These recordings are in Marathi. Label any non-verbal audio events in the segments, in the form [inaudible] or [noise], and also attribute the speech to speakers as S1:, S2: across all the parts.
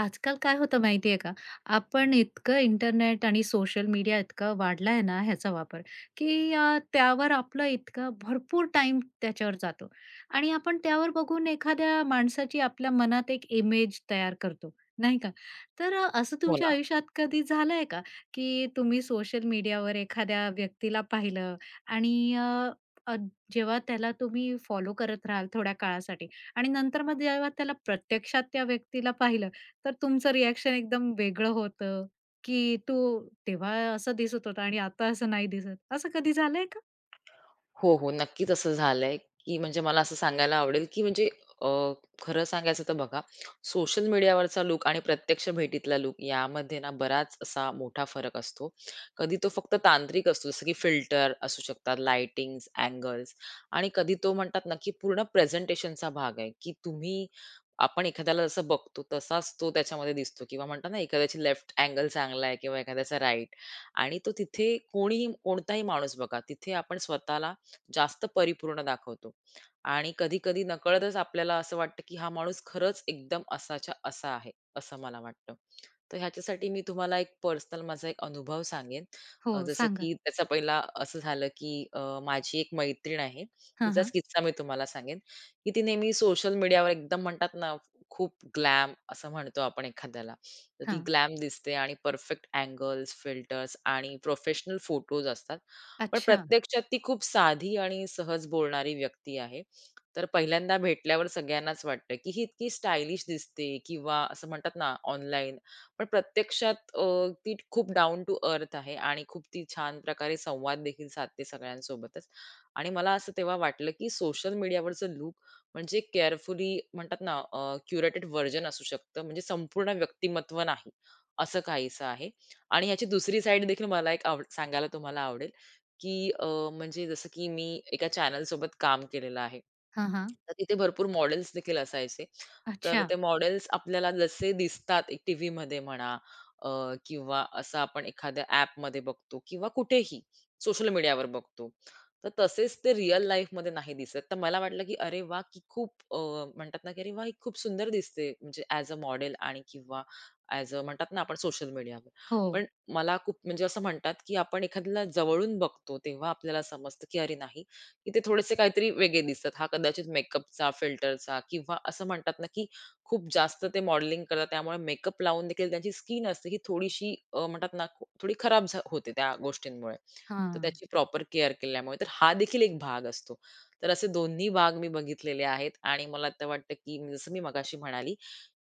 S1: आजकाल काय होतं माहिती आहे का? आपण इतकं इंटरनेट आणि सोशल मीडिया इतकं वाढला आहे ना ह्याचा वापर, की त्यावर आपलं इतकं भरपूर टाइम त्याच्यावर जातो आणि आपण त्यावर बघून एखाद्या माणसाची आपल्या मनात एक इमेज तयार करतो, नाही का? तर असं
S2: हो
S1: तुमच्या
S2: ना.
S1: आयुष्यात कधी झालंय का, की तुम्ही सोशल मीडियावर एखाद्या व्यक्तीला पाहिलं आणि अ, अ, जेव्हा त्याला तुम्ही फॉलो करत राहाल थोड्या काळासाठी आणि नंतर मग जेव्हा त्याला प्रत्यक्षात त्या व्यक्तीला पाहिलं, तर तुमचं रिएक्शन एकदम वेगळं होतं, की तू तेव्हा असं दिसत होता आणि आता असं नाही दिसत. असं कधी झालंय का?
S2: हो, हो. नक्कीच असं झालंय, की म्हणजे मला असं सांगायला आवडेल, की म्हणजे अ, खरं सांगायचं तर बघा, सोशल मीडियावरचा लूक आणि प्रत्यक्ष भेटीतला लूक यामध्ये ना बराच असा मोठा फरक असतो. कधी तो फक्त तांत्रिक असतो, जसं की फिल्टर असू शकतात, लाइटिंग्स, अँगल्स आणि कधी तो म्हणतात ना, की पूर्ण प्रेझेंटेशनचा भाग आहे, की तुम्ही आपण एखाद्याला जसं बघतो तसाच तो त्याच्यामध्ये दिसतो किंवा म्हणतात ना, एखाद्याची लेफ्ट अँगल चांगला आहे किंवा एखाद्याचा राइट आणि तो तिथे कोणीही कोणताही माणूस बघा, तिथे आपण स्वतःला जास्त परिपूर्ण दाखवतो. आणि कधी-कधी नकळतच आपल्याला असं वाटतं, की हा माणूस खरंच एकदम असाच्या असा आहे, असं मला वाटतं. तर ह्याच्यासाठी मी तुम्हाला एक पर्सनल माझा एक अनुभव सांगेन.
S1: हो,
S2: जसं
S1: सांगा.
S2: की त्याचा पहिला असं झालं, की माझी एक मैत्रीण आहे.
S1: हां,
S2: तिचाच
S1: हां.
S2: किस्सा मी तुम्हाला सांगेन, की ती नेहमी सोशल मीडियावर एकदम म्हणतात ना, खूप ग्लॅम असं म्हणतो आपण एखाद्याला. तर ती
S1: हां.
S2: ग्लॅम दिसते आणि परफेक्ट अँगल्स, फिल्टर्स आणि प्रोफेशनल फोटोज असतात. पण
S1: अच्छा.
S2: प्रत्यक्षात ती खूप साधी आणि सहज बोलणारी व्यक्ती आहे. तर पहिल्यांदा भेटल्यावर सगळ्यांनाच वाटतं, की ही इतकी स्टायलिश दिसते किंवा असं म्हणतात ना, ऑनलाईन पण प्रत्यक्षात ती खूप डाउन टू अर्थ आहे आणि खूप ती छान प्रकारे संवाद देखील साधते सगळ्यांसोबतच. आणि मला असं तेव्हा वाटलं, की सोशल मीडियावरचं लूक म्हणजे केअरफुली म्हणतात ना क्युरेटेड व्हर्जन असू शकतं. म्हणजे संपूर्ण व्यक्तिमत्व नाही, असं काहीसं आहे. आणि ह्याची दुसरी साइड देखील मला एक आवड सांगायला तुम्हाला आवडेल, की म्हणजे जसं की मी एका चॅनलसोबत काम केलेलं आहे.
S1: हां, हां.
S2: तर तिथे भरपूर मॉडेल्स देखील असायचे तर
S1: अच्छा.
S2: ते मॉडेल्स आपल्याला जसे दिसतात एक टीव्हीमध्ये म्हणा अ, किंवा असं आपण एखाद्या ॲपमध्ये बघतो किंवा कुठेही सोशल मीडियावर बघतो. तर तसेच ते रिअल लाईफमध्ये नाही दिसत. तर मला वाटलं, की अरे वा की खूप म्हणतात ना, की अरे वा ही खूप सुंदर दिसते म्हणजे ॲज अ मॉडेल आणि किंवा ॲज अ म्हणतात ना, आपण सोशल मीडियावर.
S1: हो.
S2: पण मला खूप म्हणजे असं म्हणतात, की आपण एखाद्याला जवळून बघतो तेव्हा आपल्याला समजतं, की अरे नाही, की ते थोडेसे काहीतरी वेगळे दिसतात. हा कदाचित मेकअपचा, फिल्टरचा किंवा असं म्हणतात ना, की खूप जास्त ते मॉडेलिंग करतात. त्यामुळे मेकअप लावून देखील त्यांची स्किन असते, ही थोडीशी म्हणतात ना, थोडी खराब होते त्या गोष्टींमुळे. तर
S1: हां.
S2: त्याची प्रॉपर केअर केल्यामुळे. तर हा देखील एक भाग असतो. तर असे दोन्ही भाग मी बघितलेले आहेत आणि मला तर वाटतं, की जसं मी मगाशी म्हणाली,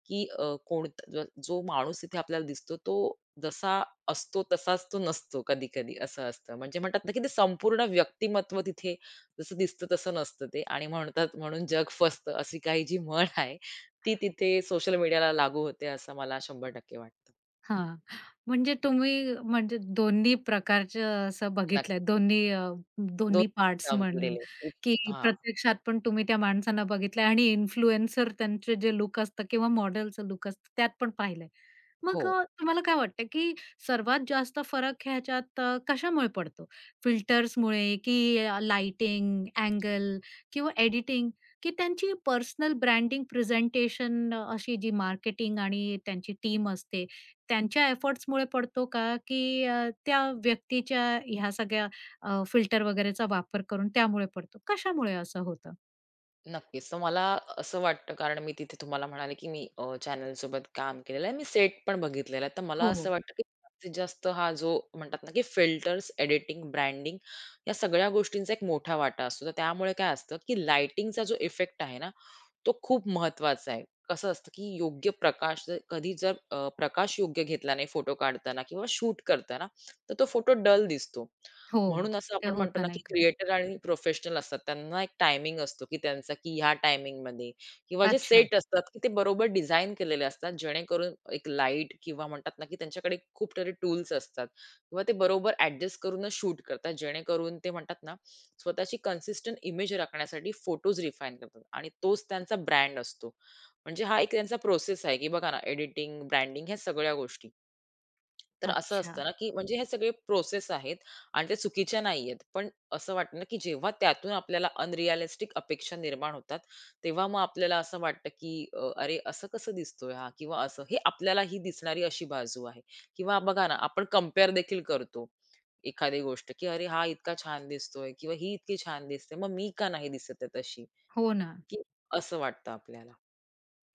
S2: की कोण जो माणूस तिथे आपल्याला दिसतो, तो जसा असतो तसाच तो नसतो कधी-कधी असं असतं. म्हणजे म्हणतात ना, की ते संपूर्ण व्यक्तिमत्व तिथे जसं दिसतं तसं नसतं ते आणि म्हणतात म्हणून जग फसतं अशी काही जी म्हण आहे, ती तिथे सोशल मीडियाला लागू होते असं मला 100% वाटतं.
S1: हां. म्हणजे तुम्ही दोन्ही प्रकारचं असं
S2: नक्की.
S1: बघितलंय. दोन्ही
S2: 2
S1: दोन्ही पार्ट्स
S2: एक्झाम्पल
S1: म्हणून,
S2: दिले. एक
S1: की
S2: हां,
S1: प्रत्यक्षात पण तुम्ही त्या माणसांना बघितलंय आणि इन्फ्लुएन्सर त्यांचे जे लूक असतं किंवा मॉडेलचं लूक असतं, त्यात पण पाहिलंय.
S2: हो,
S1: मग तुम्हाला काय वाटतं, की सर्वात जास्त फरक ह्याच्यात कशामुळे पडतो? फिल्टर्समुळे की लाइटिंग, अँगल किंवा एडिटिंग की त्यांची पर्सनल ब्रँडिंग, प्रेझेंटेशन अशी जी मार्केटिंग आणि त्यांची टीम असते त्यांच्या एफर्ट्समुळे पडतो का, की त्या व्यक्तीच्या ह्या सगळ्या फिल्टर वगैरेचा वापर करून त्यामुळे पडतो? कशामुळे असं होतं?
S2: नक्कीच. तर मला असं वाटतं कारण मी तिथे तुम्हाला म्हणाले, की मी चॅनलसोबत काम केलेलं आहे. मी सेट पण बघितलेला आहे. तर मला असं
S1: हो,
S2: वाटतं, की जास्तीत जास्त हा जो म्हणतात ना, की फिल्टर्स, एडिटिंग, ब्रँडिंग या सगळ्या गोष्टींचा एक मोठा वाटा असतो. तर त्यामुळे काय असतं, की लाइटिंगचा जो इफेक्ट आहे ना, तो खूप महत्वाचा आहे. कसं असतं, की योग्य प्रकाश जर प्रकाश योग्य घेतला नाही फोटो काढताना किंवा शूट करताना, तर तो फोटो डल दिसतो.
S1: हो.
S2: म्हणून असं
S1: ते
S2: आपण म्हणतो
S1: होतं
S2: ना, की
S1: नाही का?
S2: क्रिएटर आणि प्रोफेशनल असतात. त्यांना एक टायमिंग असतो, की त्यांचा की ह्या टायमिंगमध्ये किंवा जे
S1: अच्छा,
S2: सेट असतात, की ते बरोबर डिझाइन केलेले असतात. जेणेकरून एक लाईट किंवा म्हणतात ना, की त्यांच्याकडे खूप सारे टूल्स असतात किंवा ते बरोबर ॲडजस्ट करूनच शूट करतात. जेणेकरून ते म्हणतात ना, स्वतःची कन्सिस्टंट इमेज राखण्यासाठी फोटोज रिफाईन करतात आणि तोच त्यांचा ब्रँड असतो. म्हणजे हा एक त्यांचा प्रोसेस आहे, की बघा ना एडिटिंग, ब्रँडिंग ह्या सगळ्या गोष्टी. तर असं
S1: अच्छा.
S2: असतं ना, की म्हणजे हे सगळे प्रोसेस आहेत आणि त्या चुकीच्या नाहीयेत. पण असं वाटतं ना, की जेव्हा त्यातून आपल्याला अनरिअलिस्टिक अपेक्षा निर्माण होतात, तेव्हा मग आपल्याला असं वाटतं, की "अरे, असं कसं दिसतोय हा?" किंवा असं हे आपल्याला ही दिसणारी अशी बाजू आहे किंवा बघा ना, आपण कंपेअर देखील करतो. एखादी गोष्ट, की "अरे, हा इतका छान दिसतोय" किंवा "ही इतकी छान दिसते, मग मी का नाही दिसत आहे तशी?"
S1: हो ना.
S2: की असं वाटतं आपल्याला.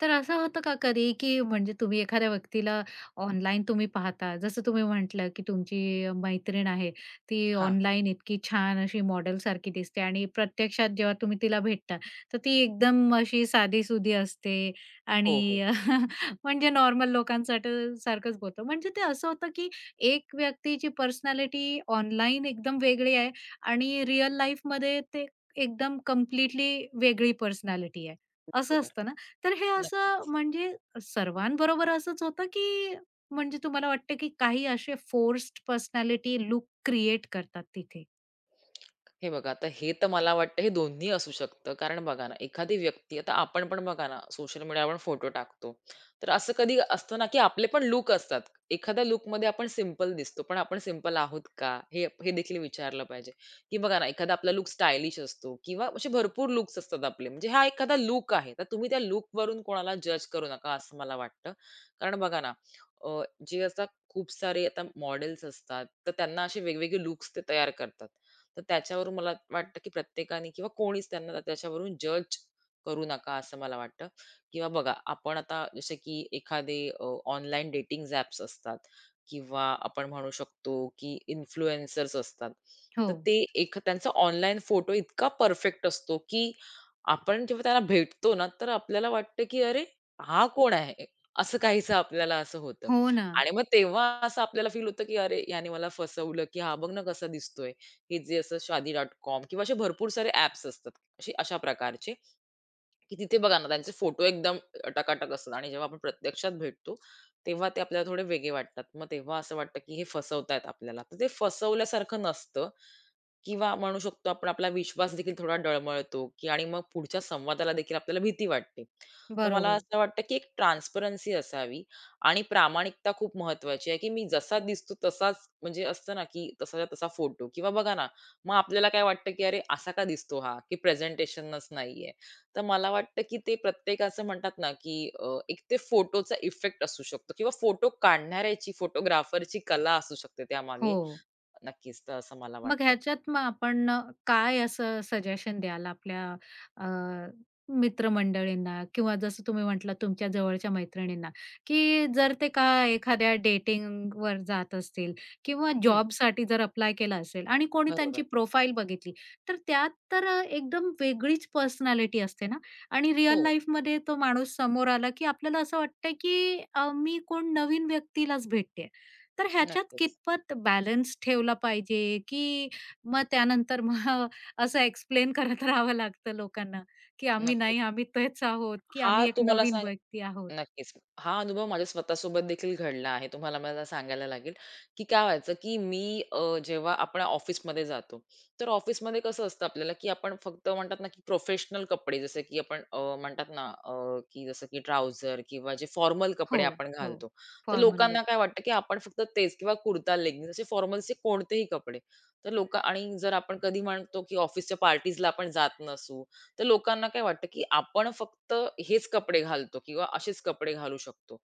S1: तर असं होतं का कधी, की म्हणजे तुम्ही एखाद्या व्यक्तीला ऑनलाईन तुम्ही पाहता, जसं तुम्ही म्हटलं, की तुमची मैत्रीण आहे, ती
S2: हां.
S1: ऑनलाईन इतकी छान अशी मॉडेलसारखी दिसते आणि प्रत्यक्षात जेव्हा तुम्ही तिला भेटता, तर ती एकदम अशी साधीसुधी असते
S2: हो, हो.
S1: आणि [laughs] म्हणजे नॉर्मल लोकांसाठी सारखंच बोलतो. म्हणजे ते असं होतं, की एक व्यक्तीची पर्सनॅलिटी ऑनलाईन एकदम वेगळी आहे आणि रिअल लाईफमध्ये ते एकदम कंप्लीटली वेगळी पर्सनॅलिटी आहे, असं
S2: बरोबर.
S1: असतं ना? तर हे असं
S2: नक्की.
S1: म्हणजे सर्वांबरोबर असंच होतं, की म्हणजे तुम्हाला वाटतं, की काही असे फोर्स्ड पर्सनॅलिटी लूक क्रिएट करतात तिथे?
S2: हे बघा, आता हे तर मला वाटतं हे दोन्ही असू शकतं. कारण बघा ना, एखादी व्यक्ती आता आपण पण बघा ना, सोशल मीडियावर आपण फोटो टाकतो. तर असं कधी असतं ना, की आपले पण लूक असतात. एखाद्या लूकमध्ये आपण सिंपल दिसतो, पण आपण सिंपल आहोत का? हे हे देखील विचारलं पाहिजे. की बघा ना, एखादा आपला लूक स्टायलिश असतो किंवा असे भरपूर लूक्स असतात आपले. म्हणजे हा एखादा लूक आहे. तर तुम्ही त्या लूकवरून कोणाला जज करू नका, असं मला वाटतं. कारण बघा ना, अ, जे आता खूप सारे आता मॉडेल्स असतात, तर त्यांना असे वेगवेगळे लूक्स ते तयार करतात. तर त्याच्यावरून मला वाटतं की प्रत्येकाने किंवा कोणीच त्यांना त्याच्यावरून जज करू नका असं मला वाटतं. किंवा बघा आपण आता जसे की एखादे ऑनलाईन डेटिंग ॲप्स असतात किंवा आपण म्हणू शकतो की इन्फ्लुएन्सर्स असतात.
S1: हो.
S2: तर ते एक त्यांचा ऑनलाईन फोटो इतका परफेक्ट असतो की आपण जेव्हा त्याला भेटतो ना, तर आपल्याला वाटतं की "अरे, हा कोण आहे?" असं काहीसं आपल्याला असं होतं.
S1: हो ना.
S2: आणि मग तेव्हा असं आपल्याला फील होतं की "अरे, ह्याने मला फसवलं की हा बघ ना कसा दिसतोय." की जे असं Shaadi.com किंवा असे भरपूर सारे ॲप्स असतात, असे अशा प्रकारचे, की तिथे बघा ना त्यांचे फोटो एकदम टकाटक असतात आणि जेव्हा आपण प्रत्यक्षात भेटतो, तेव्हा ते आपल्याला थोडे वेगळे वाटतात. मग तेव्हा असं वाटतं, की हे फसवतायत आपल्याला. तर ते फसवल्यासारखं नसतं. किंवा म्हणू शकतो आपण आपला विश्वास देखील थोडा डळमळतो, की आणि मग पुढच्या संवादाला देखील आपल्याला भीती वाटते. तर मला
S1: बरोबर.
S2: असं वाटतं, की एक ट्रान्सपरन्सी असावी आणि प्रामाणिकता खूप महत्वाची आहे, की मी जसा दिसतो तसाच म्हणजे असतं ना, की तसाच्या तसा फोटो किंवा बघा ना, मग आपल्याला काय वाटतं, की "अरे असा का दिसतो हा?" की प्रेझेंटेशनच नाहीये. तर मला वाटतं, की ते प्रत्येकाचं म्हणतात ना, की एक ते फोटोचा इफेक्ट असू शकतो किंवा फोटो काढणाऱ्याची, फोटोग्राफरची कला असू शकते
S1: हो.
S2: त्यामागे. नक्कीच, तर असं मला
S1: मग
S2: वाटतं.
S1: ह्याच्यात काय असं सजेशन द्याल आपल्या अ, मित्रमंडळींना किंवा जसं तुम्ही म्हटलं तुमच्या जवळच्या मैत्रिणींना, की जर ते का एखाद्या डेटिंग वर जात असतील किंवा
S2: हं.
S1: जॉबसाठी जर अप्लाय केला असेल आणि कोणी
S2: बरोबर.
S1: त्यांची प्रोफाईल बघितली, तर त्यात तर एकदम वेगळीच पर्सनॅलिटी असते ना आणि
S2: हो,
S1: रिअल लाईफमध्ये तो माणूस समोर आला, की आपल्याला असं वाटतंय, की मी कोण नवीन व्यक्तीलाच भेटते तर ह्याच्यात
S2: नक्कीच,
S1: कितपत बॅलन्स ठेवला पाहिजे, की मग त्यानंतर असं एक्सप्लेन करत [laughs] राहावं लागतं लोकांना, की आम्ही
S2: नक्कीच.
S1: नाही, आम्ही तेच आहोत, की
S2: हा
S1: आम्ही एक
S2: तुम्हाला
S1: नवीन
S2: सांग
S1: व्यक्ती आहोत.
S2: नक्कीच. हा अनुभव माझ्या स्वतःसोबत देखील घडला आहे. तुम्हाला मला सांगायला लागेल, की काय व्हायचं, की मी जेव्हा आपण ऑफिसमध्ये जातो, तर ऑफिसमध्ये कसं असतं आपल्याला, की आपण फक्त म्हणतात ना, की प्रोफेशनल कपडे जसे की आपण म्हणतात ना, की जसं की ट्राउझर किंवा जे फॉर्मल
S1: हो,
S2: कपडे आपण
S1: हो.
S2: घालतो. तर
S1: फॉर्मल
S2: लोकांना
S1: लूक.
S2: काय वाटतं, की आपण फक्त तेच किंवा कुर्ता, लेगिंग्ज असे फॉर्मल्सचे कोणतेही कपडे. तर लोकं आणि जर आपण कधी म्हणतो, की ऑफिसच्या पार्टीजला आपण जात नसू तर लोकांना काय वाटतं, की आपण फक्त हेच कपडे घालतो किंवा असेच कपडे घालू शकतो.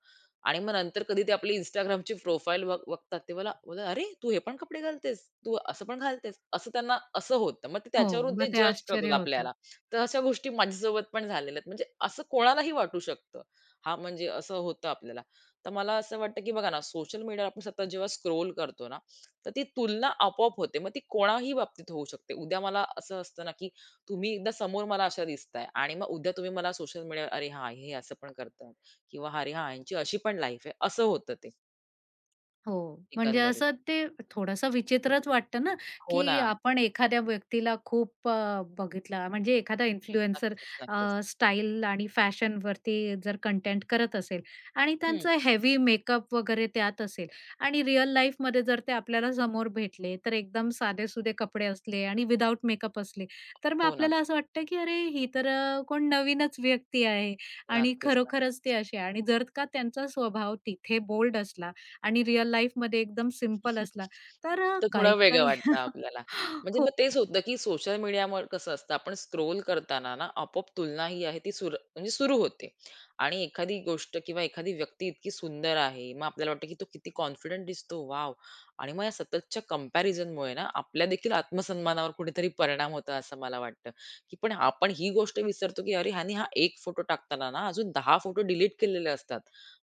S2: आणि मग नंतर कधी ते आपली Instagramची प्रोफाईल बघतात ते मला बोलतात, "अरे, तू हे पण कपडे घालतेस? तू असं पण घालतेस?" असं त्यांना असं होतं. मग ते
S1: हो,
S2: त्याच्यावरून ते
S1: मग ते
S2: जज
S1: आश्चर्य
S2: करतात
S1: होतं.
S2: आपल्याला. तर अशा गोष्टी माझ्यासोबत पण झालेल्या आहेत. म्हणजे असं कोणालाही वाटू शकतं. हां, म्हणजे असं होतं आपल्याला. तर मला असं वाटतं, की बघा ना, सोशल मीडियावर आपण सतत जेव्हा स्क्रोल करतो ना, तर ती तुलना आपोआप होते. मग ती कोणाही बाबतीत होऊ शकते. उद्या मला असं असतं ना, की तुम्ही एकदा समोर मला अशा दिसताय आणि मग उद्या तुम्ही मला सोशल मीडियावर अरे हां, हे असं पण करतात किंवा अरे हां, ह्यांची अशी पण लाईफ आहे, असं होतं ते
S1: हो. म्हणजे
S2: एकंदरीत.
S1: असं ते थोडंसं विचित्रच वाटतं ना,
S2: हो
S1: की
S2: ना.
S1: आपण एखाद्या व्यक्तीला खूप बघितला म्हणजे एखादा इन्फ्लुएन्सर
S2: नक्कीच, नक्कीच.
S1: स्टाईल आणि फॅशनवरती जर कंटेंट करत असेल आणि
S2: हं.
S1: त्यांचं हेवी मेकअप वगैरे त्यात असेल आणि रिअल लाईफमध्ये जर ते आपल्याला समोर भेटले, तर एकदम साधेसुधे कपडे असले आणि विदाऊट मेकअप असले, तर मग
S2: हो ना.
S1: आपल्याला असं वाटतं, की अरे ही तर कोण नवीनच व्यक्ती आहे आणि
S2: नक्कीच.
S1: खरोखरच ते असे आणि जर का त्यांचा स्वभाव तिथे बोल्ड असला आणि रिअल लाईफमध्ये एकदम सिंपल असला. तर
S2: तर थोडं वेगळं
S1: काही-काही
S2: वाटतं
S1: [laughs]
S2: आपल्याला. म्हणजे
S1: हो,
S2: मग तेच होतं, की सोशल मीडियावर कसं असतं, आपण स्क्रोल करताना ना आपोआप तुलना ही आहे ती सुरू होते. आणि एखादी गोष्ट किंवा एखादी व्यक्ती इतकी सुंदर आहे, मग आपल्याला वाटतं, की तो किती कॉन्फिडंट दिसतो, वॉव! आणि मग या सततच्या कंपॅरिझनमुळे ना आपल्या देखील आत्मसन्मानावर कुठेतरी परिणाम होतो असं मला वाटतं, की पण आपण ही गोष्ट विसरतो, की अरे ह्याने हा एक फोटो टाकताना ना अजून 10 फोटो डिलीट केलेले असतात.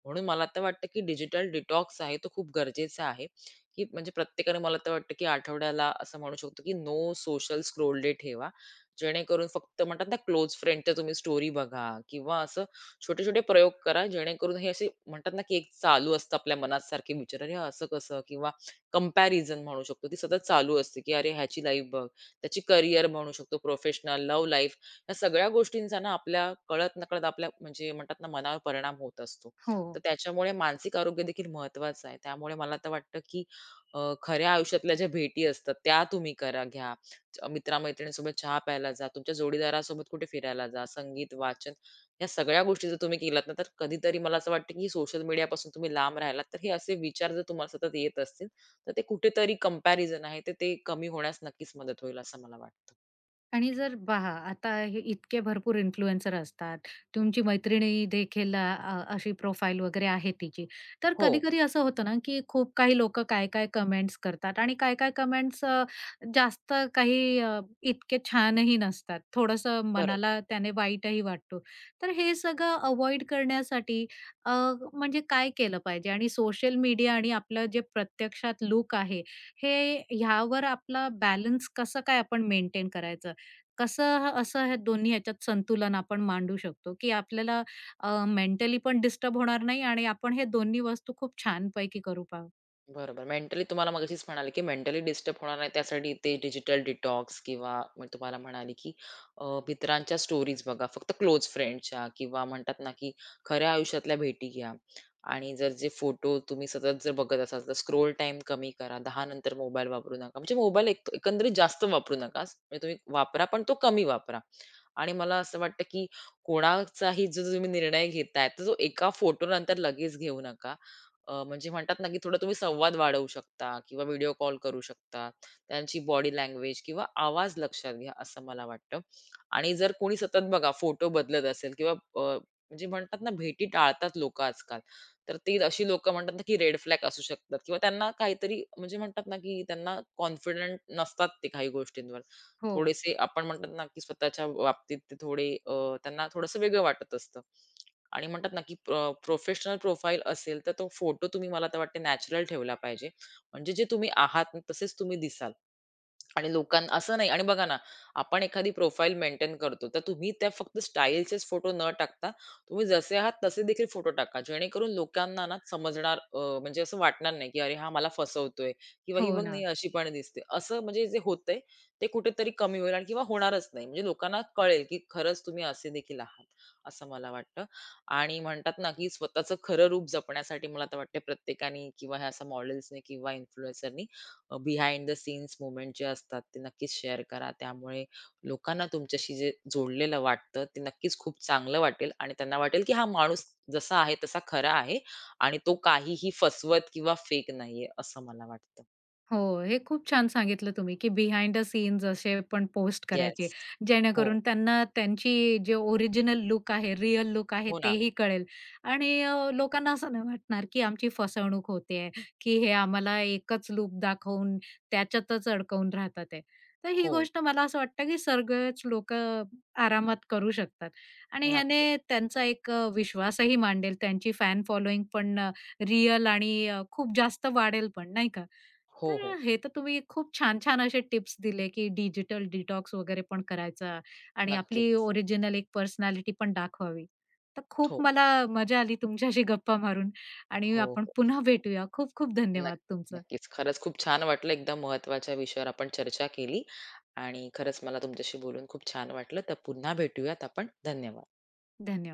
S2: म्हणून मला तर वाटतं, की डिजिटल डिटॉक्स आहे तो खूप गरजेचा आहे. की म्हणजे प्रत्येकाने मला तर वाटतं की आठवड्याला असं म्हणू शकतो की नो सोशल स्क्रोल डे ठेवा. जेणेकरून फक्त म्हणतात ना क्लोज फ्रेंडच्या तुम्ही स्टोरी बघा किंवा असं छोटे-छोटे प्रयोग करा जेणेकरून हे असे म्हणतात ना की एक चालू असतं आपल्या मनात सारखे विचार, "अरे हा असं कसं?" किंवा कंपॅरिझन म्हणू शकतो ती सतत चालू असते की "अरे ह्याची लाईफ बघ, त्याची करिअर म्हणू शकतो, प्रोफेशनल, लव्ह लाईफ." या सगळ्या गोष्टींचा ना आपल्या कळत-नकळत आपल्या म्हणजे म्हणतात ना मनावर परिणाम होत असतो.
S1: हो.
S2: तर त्याच्यामुळे मानसिक आरोग्य देखील महत्त्वाचं आहे. त्यामुळे मला तर वाटतं की खऱ्या आयुष्यातल्या ज्या भेटी असतात त्या तुम्ही करा घ्या. च मित्र-मैत्रिणींसोबत चहा प्यायला जा, तुमच्या जोडीदारासोबत कुठे फिरायला जा, संगीत, वाचन या सगळ्या गोष्टी जर तुम्ही केलात ना, तर कधीतरी मला असं वाटतं की सोशल मीडियापासून तुम्ही लांब राहिलात, तर हे असे विचार जर तुम्हाला सतत येत असतील, तर ते कुठेतरी कंपॅरिझन आहे, तर ते कमी होण्यास नक्कीच मदत होईल असं मला वाटतं.
S1: आणि जर पहा आता हे इतके भरपूर इन्फ्लुएन्सर असतात. तुमची मैत्रिणी देखील अशी प्रोफाईल वगैरे आहे तिची. तर
S2: हो,
S1: कधी-कधी असं होतं ना, की खूप काही लोकं काय-काय कमेंट्स करतात आणि जास्त काही इतके छानही नसतात. थोडंसं
S2: खरंच.
S1: मनाला त्याने वाईटही वाटतो. तर हे सगळं अव्हॉइड करण्यासाठी अ, म्हणजे काय केलं पाहिजे? आणि सोशल मीडिया आणि आपलं जे प्रत्यक्षात लूक आहे, हे ह्यावर आपला बॅलन्स कसं काय आपण मेंटेन करायचं? कसं ह असं हे दोन्ही ह्याच्यात संतुलन आपण मांडू शकतो, की आपल्याला मेंटली पण डिस्टर्ब होणार नाही आणि आपण हे दोन्ही वस्तू खूप छानपैकी करू पाव
S2: बरोबर. मेंटली तुम्हाला मगाशीच म्हणाले, की मेंटली डिस्टर्ब होणार नाही त्यासाठी ते डिजिटल डिटॉक्स किंवा मग तुम्हाला म्हणाले, की मित्रांच्या स्टोरीज बघा, फक्त क्लोज फ्रेंडच्या किंवा म्हणतात ना, की खऱ्या आयुष्यातल्या भेटी घ्या आणि जर जे फोटो तुम्ही सतत जर बघत असाल, तर स्क्रोल टाईम कमी करा. 10 नंतर मोबाईल वापरू नका. म्हणजे मोबाईल एक एकंदरीत जास्त वापरू नका. म्हणजे तुम्ही वापरा, पण तो कमी वापरा. आणि मला असं वाटतं, की कोणाचाही जो तुम्ही निर्णय घेताय, तर तो एका फोटोनंतर लगेच घेऊ नका. म्हणजे म्हणतात ना, की थोडा तुम्ही संवाद वाढवू शकता किंवा व्हिडिओ कॉल करू शकता. त्यांची बॉडी लँग्वेज किंवा आवाज लक्षात घ्या, असं मला वाटतं. आणि जर कोणी सतत बघा फोटो बदलत असेल किंवा अ, म्हणजे म्हणतात ना, भेटी टाळतात लोकं आजकाल. तर ती अशी लोकं म्हणतात ना, की रेड फ्लॅग असू शकतात किंवा त्यांना काहीतरी म्हणजे म्हणतात ना, की त्यांना कॉन्फिडंट नसतात ते काही गोष्टींवर.
S1: हो,
S2: थोडेसे आपण म्हणतात ना, की स्वतःच्या बाबतीत ते थोडे त्यांना थोडंसं वेगळं वाटत असतं. आणि म्हणतात ना, की प्रोफेशनल प्रोफाईल असेल, तर तो फोटो तुम्ही मला तर वाटते नॅचरल ठेवला पाहिजे. म्हणजे जे तुम्ही आहात न तसेच तुम्ही दिसाल. आणि लोकांना असं नाही आणि बघा ना, आपण एखादी प्रोफाईल मेंटेन करतो, तर तुम्ही त्या फक्त स्टाईलचेच फोटो न टाकता, तुम्ही जसे आहात तसे देखील फोटो टाका. जेणेकरून लोकांना ना समजणार म्हणजे असं वाटणार नाही, की "अरे हा मला फसवतोय" किंवा "ही
S1: हो
S2: बघ नाही
S1: ना.
S2: अशी पण दिसते." असं म्हणजे जे होतंय, ते कुठेतरी कमी होईल आणि किंवा होणारच नाही. म्हणजे लोकांना कळेल, की खरंच तुम्ही असे देखील आहात, असं मला वाटतं. आणि म्हणतात ना, की स्वतःचं खरं रूप जपण्यासाठी मला तर वाटतं प्रत्येकाने किंवा ह्या अशा मॉडेल्सने किंवा इन्फ्लुएन्सरनी बिहाइंड द सीन्स मोमेंट जे असतात ते नक्कीच शेअर करा. त्यामुळे लोकांना तुमच्याशी जे जोडलेलं वाटतं ते नक्कीच खूप चांगलं वाटेल आणि त्यांना वाटेल, की हा माणूस जसा आहे तसा खरा आहे आणि तो काहीही फसवत किंवा फेक नाहीये असं मला वाटतं.
S1: हो, हे खूप छान सांगितलं तुम्ही, की बिहाइंड द सीन्स असे पण पोस्ट करायचे,
S2: येस. हो.
S1: जेणेकरून त्यांना त्यांची जे ओरिजिनल लुक आहे, रिअल लुक आहे
S2: हो ना.
S1: तेही कळेल आणि लोकांना असं नाही वाटणार, की आमची फसवणूक होतेय, की हे आम्हाला एकच लूक दाखवून त्याच्यातच अडकवून राहतात आहे. तर ही
S2: हो.
S1: गोष्ट मला असं वाटतं, की सगळेच लोकं आरामात करू शकतात आणि
S2: नक्कीच.
S1: ह्याने त्यांचा एक विश्वासही मांडेल, त्यांची फॅन फॉलोइंग पण रिअल आणि खूप जास्त वाढेल पण, नाही का?
S2: हो,
S1: तर
S2: हो.
S1: हे तर तुम्ही खूप छान-छान असे टिप्स दिले, की डिजिटल डिटॉक्स वगैरे पण करायचा आणि आपली
S2: नक्कीच.
S1: ओरिजिनल एक पर्सनॅलिटी पण दाखवावी. तर खूप
S2: हो.
S1: मला मजा आली तुमच्याशी गप्पा मारून आणि
S2: हो,
S1: आपण
S2: हो.
S1: पुन्हा भेटूया. खूप-खूप धन्यवाद
S2: नक्कीच,
S1: तुमचं.
S2: नक्कीच. खरंच खूप छान वाटलं. एकदम महत्त्वाच्या विषयावर आपण चर्चा केली आणि खरंच मला तुमच्याशी बोलून खूप छान वाटलं. तर पुन्हा भेटूयात आपण. धन्यवाद.
S1: धन्यवाद.